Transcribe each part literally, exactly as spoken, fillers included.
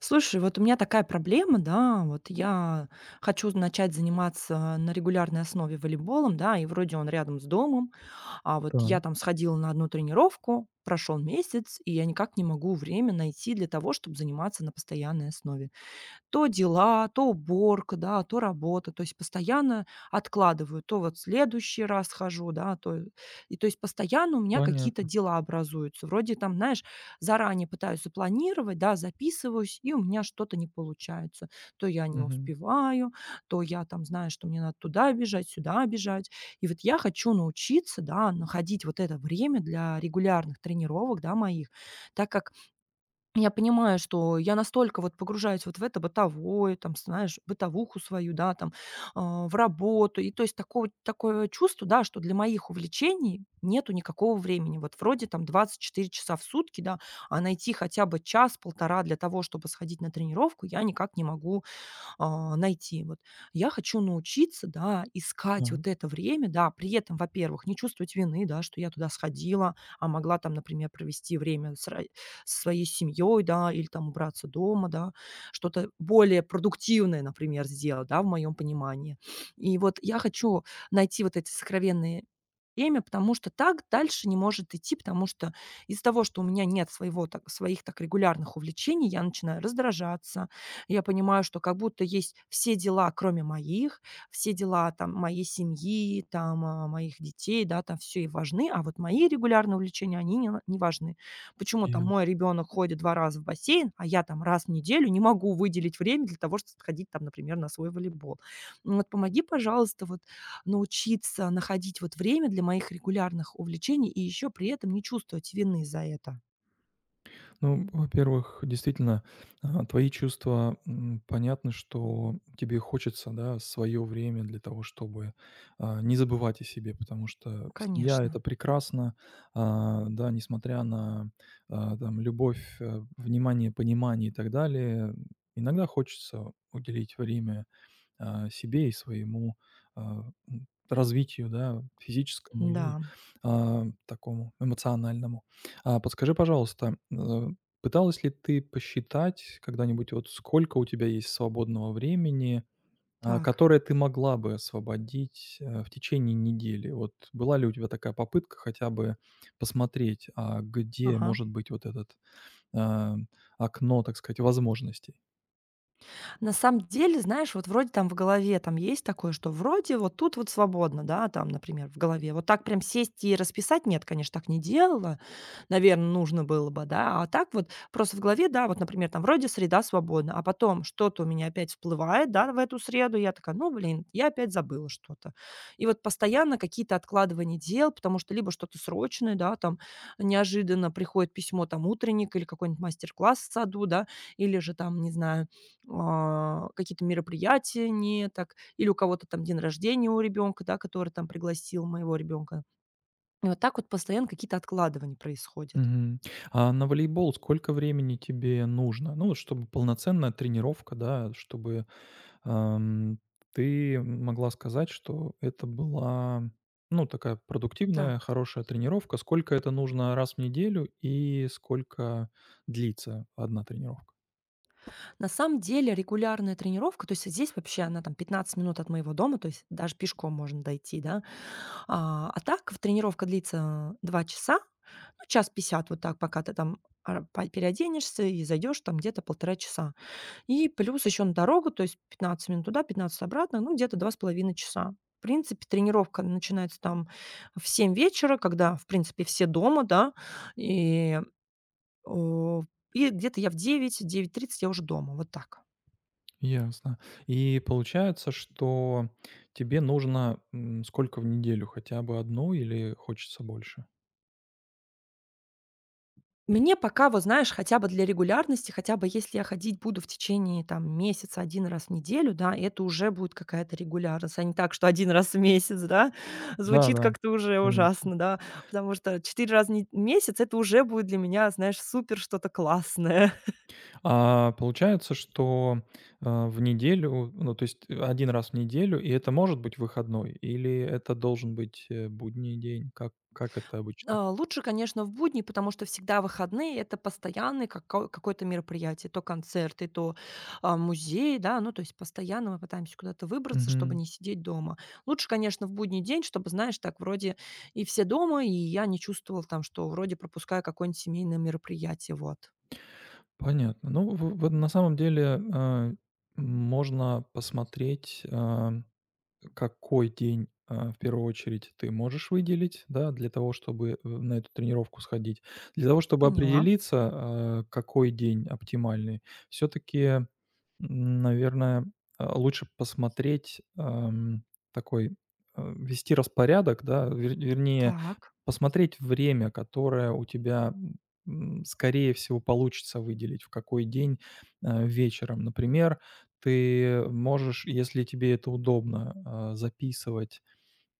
Слушай, вот у меня такая проблема, да, вот я хочу начать заниматься на регулярной основе волейболом, да, и вроде он рядом с домом, а вот я Так, там сходила на одну тренировку, прошел месяц, и я никак не могу время найти для того, чтобы заниматься на постоянной основе. То дела, то уборка, да, то работа. То есть постоянно откладываю. То вот в следующий раз хожу, да, то и то есть постоянно у меня какие-то понятно. дела образуются. Вроде там, знаешь, заранее пытаюсь запланировать, да, записываюсь, и у меня что-то не получается. То я не Мгм. успеваю, то я там знаю, что мне надо туда бежать, сюда бежать. И вот я хочу научиться, да, находить вот это время для регулярных тренировок, да, моих, так как я понимаю, что я настолько вот погружаюсь вот в это бытовое, там, знаешь, бытовуху свою, да, там, а, в работу. И то есть такое такое чувство, да, что для моих увлечений нету никакого времени. Вот вроде там двадцать четыре часа в сутки, да, а найти хотя бы час-полтора для того, чтобы сходить на тренировку, я никак не могу а, найти. Вот я хочу научиться, да, искать вот Так. это время, да, при этом, во-первых, не чувствовать вины, да, что я туда сходила, а могла там, например, провести время с ро- со своей семьей, да, или там убраться дома, да, что-то более продуктивное, например, сделать, да, в моем понимании. И вот я хочу найти вот эти сокровенные время, потому что так дальше не может идти, потому что из-за того, что у меня нет своего, так, своих так регулярных увлечений, я начинаю раздражаться, я понимаю, что как будто есть все дела, кроме моих, все дела там моей семьи, там, а, моих детей, да, там все и важны, а вот мои регулярные увлечения, они не на не важны. Почему И, там мой ребенок ходит два раза в бассейн, а я там раз в неделю не могу выделить время для того, чтобы сходить там, например, на свой волейбол? М, вот помоги, пожалуйста, вот научиться находить вот время для моих регулярных увлечений и еще при этом не чувствовать вины за это. ну, во-первых, действительно, а, твои чувства, м, понятно, что тебе хочется, да, свое время для того, чтобы, а, не забывать о себе, потому что семья- Конечно, это прекрасно, а, да, несмотря на, а, там любовь, э, внимание, понимание и так далее, иногда хочется уделить время а, себе и своему, а, м, развитию, да, физическому да, и, а, такому эмоциональному. А, подскажи, пожалуйста, э, пыталась ли ты посчитать когда-нибудь, вот сколько у тебя есть свободного времени, а, так. которое ты могла бы освободить, э, в течение недели? Вот была ли у тебя такая попытка хотя бы посмотреть, а где Ага. может быть вот этот, а, окно, так сказать, возможностей? На самом деле, знаешь, вот вроде там в голове там есть такое, что вроде вот тут вот свободно, да, там, например, в голове. Вот так прям сесть и расписать, нет, конечно, так не делала. Наверное, нужно было бы, да. А так вот просто в голове, да, вот, например, там вроде среда свободна, а потом что-то у меня опять всплывает, да, в эту среду. Я такая, ну, блин, я опять забыла что-то. И вот постоянно какие-то откладывания дел, потому что либо что-то срочное, да, там неожиданно приходит письмо, там, утренник или какой-нибудь мастер-класс в саду, да, или же там, не знаю, а, какие-то мероприятия не так, или у кого-то там день рождения у ребенка, да, который там пригласил моего ребенка. И вот так вот постоянно какие-то откладывания происходят. Мгм. А на волейбол сколько времени тебе нужно? Ну, вот чтобы полноценная тренировка, да, чтобы, ам, ты могла сказать, что это была, ну, такая продуктивная, Так. хорошая тренировка. Сколько это нужно раз в неделю и сколько длится одна тренировка? На самом деле регулярная тренировка, то есть здесь вообще она там пятнадцать минут от моего дома, то есть даже пешком можно дойти, да. А, а так в тренировка длится два часа, ну, час пятьдесят вот так, пока ты там а, по- переоденешься и зайдешь там где-то полтора часа. И плюс еще на дорогу, то есть пятнадцать минут туда, пятнадцать обратно, ну, где-то две с половиной часа. В принципе, тренировка начинается там в семь вечера, когда, в принципе, все дома, да, и, э, и где-то я в девять девять тридцать я уже дома, вот так. Ясно. И получается, что тебе нужно, м, сколько в неделю? Хотя бы одну или хочется больше? Мне пока, вот знаешь, хотя бы для регулярности, хотя бы если я ходить буду в течение там месяца один раз в неделю, да, это уже будет какая-то регулярность, а не так, что один раз в месяц, да. Звучит Да-да, как-то уже конечно. ужасно, да, потому что четыре раза в не месяц — это уже будет для меня, знаешь, супер что-то классное. А, получается, что, а, в неделю, ну, то есть э, один раз в неделю, и это может быть выходной или это должен быть, э, будний день? Как как это обычно? А, лучше, конечно, в будни, потому что всегда выходные — это постоянный како какое-то мероприятие. То концерты, то, а, музей, да. Ну, то есть постоянно мы пытаемся куда-то выбраться, чтобы Мгм. не сидеть дома. Лучше, конечно, в будний день, чтобы, знаешь, так вроде и все дома, и я не чувствовала там, что вроде пропускаю какое-нибудь семейное мероприятие. Вот. Понятно. Ну, в в на самом деле, а, можно посмотреть, а какой день, а, в первую очередь ты можешь выделить, да, для того, чтобы, э, на эту тренировку сходить. Для того, чтобы Поняла. определиться, а, какой день оптимальный, все таки наверное, а, лучше посмотреть, ам, такой, а, вести распорядок, да, вер вернее, Так. посмотреть время, которое у тебя, м, скорее всего, получится выделить, в какой день, а, вечером. Например, ты можешь, если тебе это удобно, а, записывать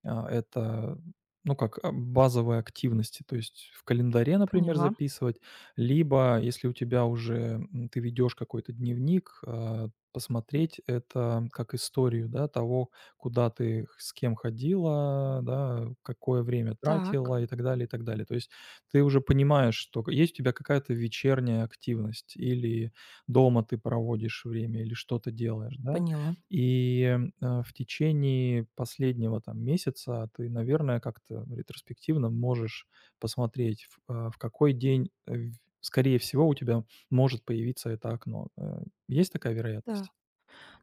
а, это, ну, как, а, базовые активности, то есть в календаре, например, Поняла. записывать, либо если у тебя уже, м, ты ведешь какой-то дневник, а, посмотреть это как историю, да, того, куда ты, х с кем ходила, да, какое время Так. тратила и так далее, и так далее. То есть ты уже понимаешь, что к есть у тебя какая-то вечерняя активность или дома ты проводишь время, или что-то делаешь, да. Поняла. И, э, в течение последнего там месяца ты, наверное, как-то ретроспективно можешь посмотреть, в, э, в какой день, э, в скорее всего, у тебя может появиться это окно. Э, есть такая Так. вероятность?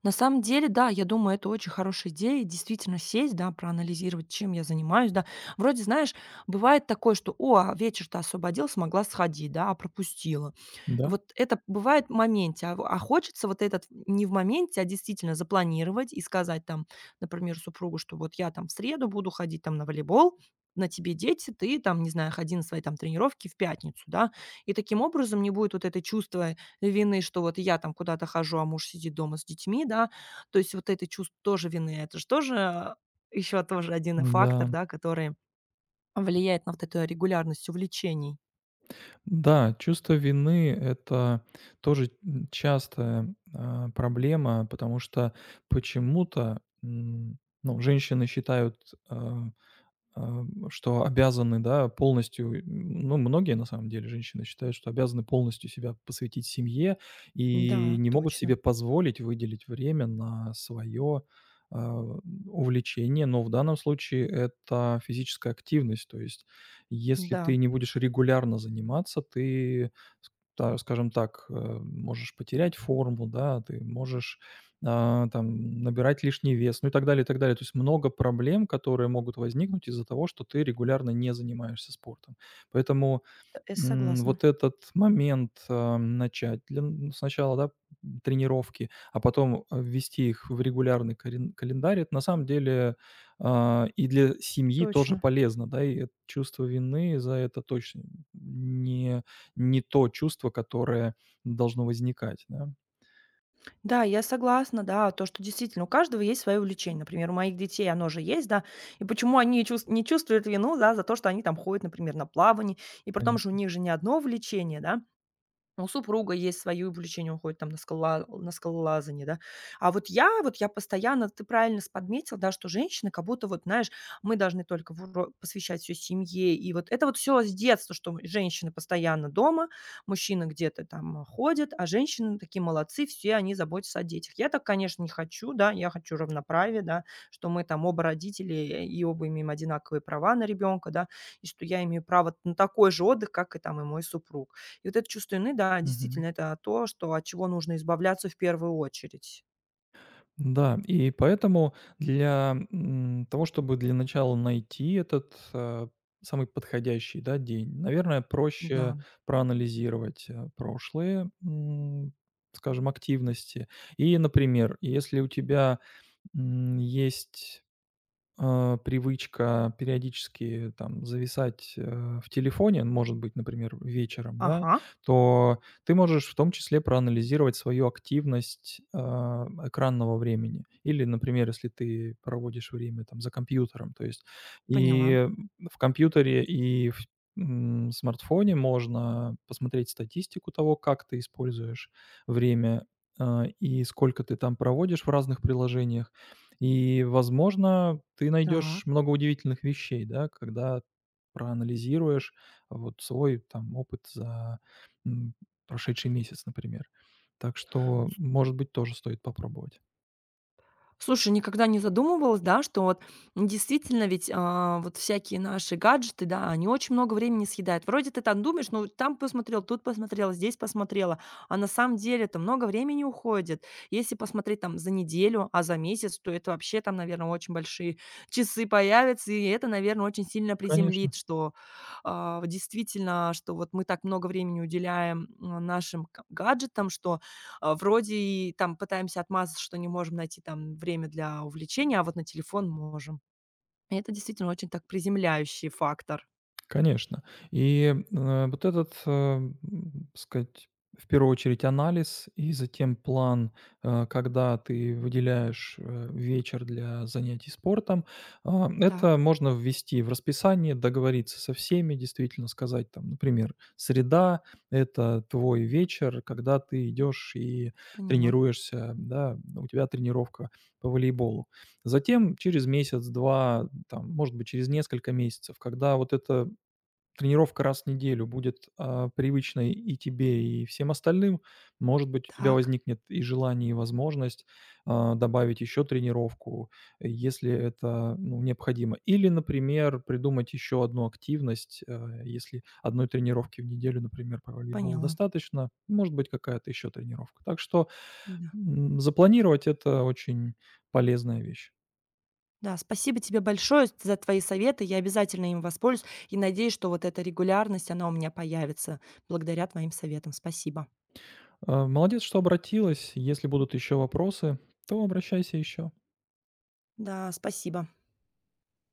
На самом деле, да, я думаю, это очень хорошая идея. Действительно сесть, да, проанализировать, чем я занимаюсь, да. Вроде, знаешь, бывает такое, что, о, а вечер-то освободил, смогла сходить, да, а пропустила. Да? Вот это бывает в моменте, а, в- а хочется вот этот не в моменте, а действительно запланировать и сказать там, например, супругу, что вот я там в среду буду ходить там на волейбол, на тебе дети, ты там, не знаю, ходи на свои там тренировки в пятницу, да, и таким образом не будет вот это чувство вины, что вот я там куда-то хожу, а муж сидит дома с детьми, да. То есть вот это чувство тоже вины, это же тоже еще тоже один фактор, Да. да, который влияет на вот эту регулярность увлечений. Да, чувство вины- это тоже, м, частая, а, проблема, потому что почему-то, м, ну, женщины считают, а А, что обязаны, да, полностью, м, ну, многие на самом деле женщины считают, что обязаны полностью себя посвятить семье и Да, не могут себе точно. позволить выделить время на свое а, увлечение, но в данном случае это физическая активность. То есть, если Да. ты не будешь регулярно заниматься, ты, ск- та- скажем так, э, можешь потерять форму, да, ты можешь а, там набирать лишний вес, ну и так далее, и так далее. То есть много проблем, которые могут возникнуть из-за того, что ты регулярно не занимаешься спортом. Поэтому, Т э, м, согласна. вот этот момент, а, начать для н сначала, да, тренировки, а потом, а, ввести их в регулярный карен календарь. Это на самом деле, а, и для семьи тоже Точно. полезно, да, и это чувство вины за это точно не не то чувство, которое должно возникать, да, Да, я согласна, да, то, что действительно у каждого есть свое увлечение. Например, у моих детей оно же есть, да. И почему они чувс не чувствуют вину, да, за то, что они там ходят, например, на плавание. И при том же у конечно. них же не одно увлечение, да. Ну, У супруга есть свои увлечения, он ходит там на скала на скалолазание, да. А вот я, вот я постоянно, ты правильно с подметил, да, что женщины как будто вот, знаешь, мы должны только в ро посвящать все семье. И вот это вот все с детства, что мы женщины постоянно дома, мужчины где-то там, а, ходят, а женщины такие молодцы, все они заботятся о детях. Я так, конечно, не хочу, да, я хочу равноправия, да, что мы там оба родители э, и оба имеем одинаковые права на ребенка, да, и что я имею право на такой же отдых, как и там и мой супруг. И вот это чувство вины, да, действительно, это то, что от чего нужно избавляться в первую очередь. Да, и поэтому для, м, того, чтобы для начала найти этот, э, самый подходящий, да, день, наверное, проще Да. проанализировать, э, прошлые, м, скажем, активности. И, например, если у тебя, м, есть а, привычка периодически там зависать, э, в телефоне, может быть, например, вечером, да, Ага, то ты можешь в том числе проанализировать свою активность, а, экранного времени. Или, например, если ты проводишь время там за компьютером, то есть поняла. и в компьютере, и в, м, смартфоне можно посмотреть статистику того, как ты используешь время, а, и сколько ты там проводишь в разных приложениях. И, возможно, ты найдешь Так. много удивительных вещей, да, когда проанализируешь вот свой там опыт за, м, прошедший месяц, например. Так что, может быть, тоже стоит попробовать. Слушай, никогда не задумывалась, да, что вот действительно ведь, а, вот всякие наши гаджеты, да, они очень много времени съедают. Вроде ты там думаешь, ну, там посмотрел, тут посмотрела, здесь посмотрела, а на самом деле это много времени уходит. Если посмотреть там за неделю, а за месяц, то это вообще там, наверное, очень большие часы появятся, и это, наверное, очень сильно Конечно. приземлит, что, а, действительно, что вот мы так много времени уделяем, м, нашим к гаджетам, что а, вроде и там пытаемся отмазаться, что не можем найти там время для увлечения, а вот на телефон можем. И это действительно очень так приземляющий фактор. Конечно. И, э, вот этот, э, м, сказать, в первую очередь анализ и затем план, э, когда ты выделяешь, э, вечер для занятий спортом. А, это Так, можно ввести в расписание, договориться со всеми, действительно сказать там, например, среда- это твой вечер, когда ты идешь и поняла. тренируешься, да, у тебя тренировка по волейболу. Затем через месяц, два там, может быть, через несколько месяцев, когда вот это тренировка раз в неделю будет, а, привычной и тебе, и всем остальным, может быть, у тебя Так, возникнет и желание, и возможность, а, добавить еще тренировку, э, если это, ну, необходимо. Или, например, придумать еще одну активность, а, если одной тренировки в неделю, например, по волейболу поняла. достаточно, может быть, какая-то еще тренировка. Так что, Да. м, запланировать- это очень полезная вещь. Да, спасибо тебе большое за твои советы. Я обязательно им воспользуюсь и надеюсь, что вот эта регулярность, она у меня появится благодаря твоим советам. Спасибо. А, молодец, что обратилась. Если будут еще вопросы, то обращайся еще. Да, спасибо.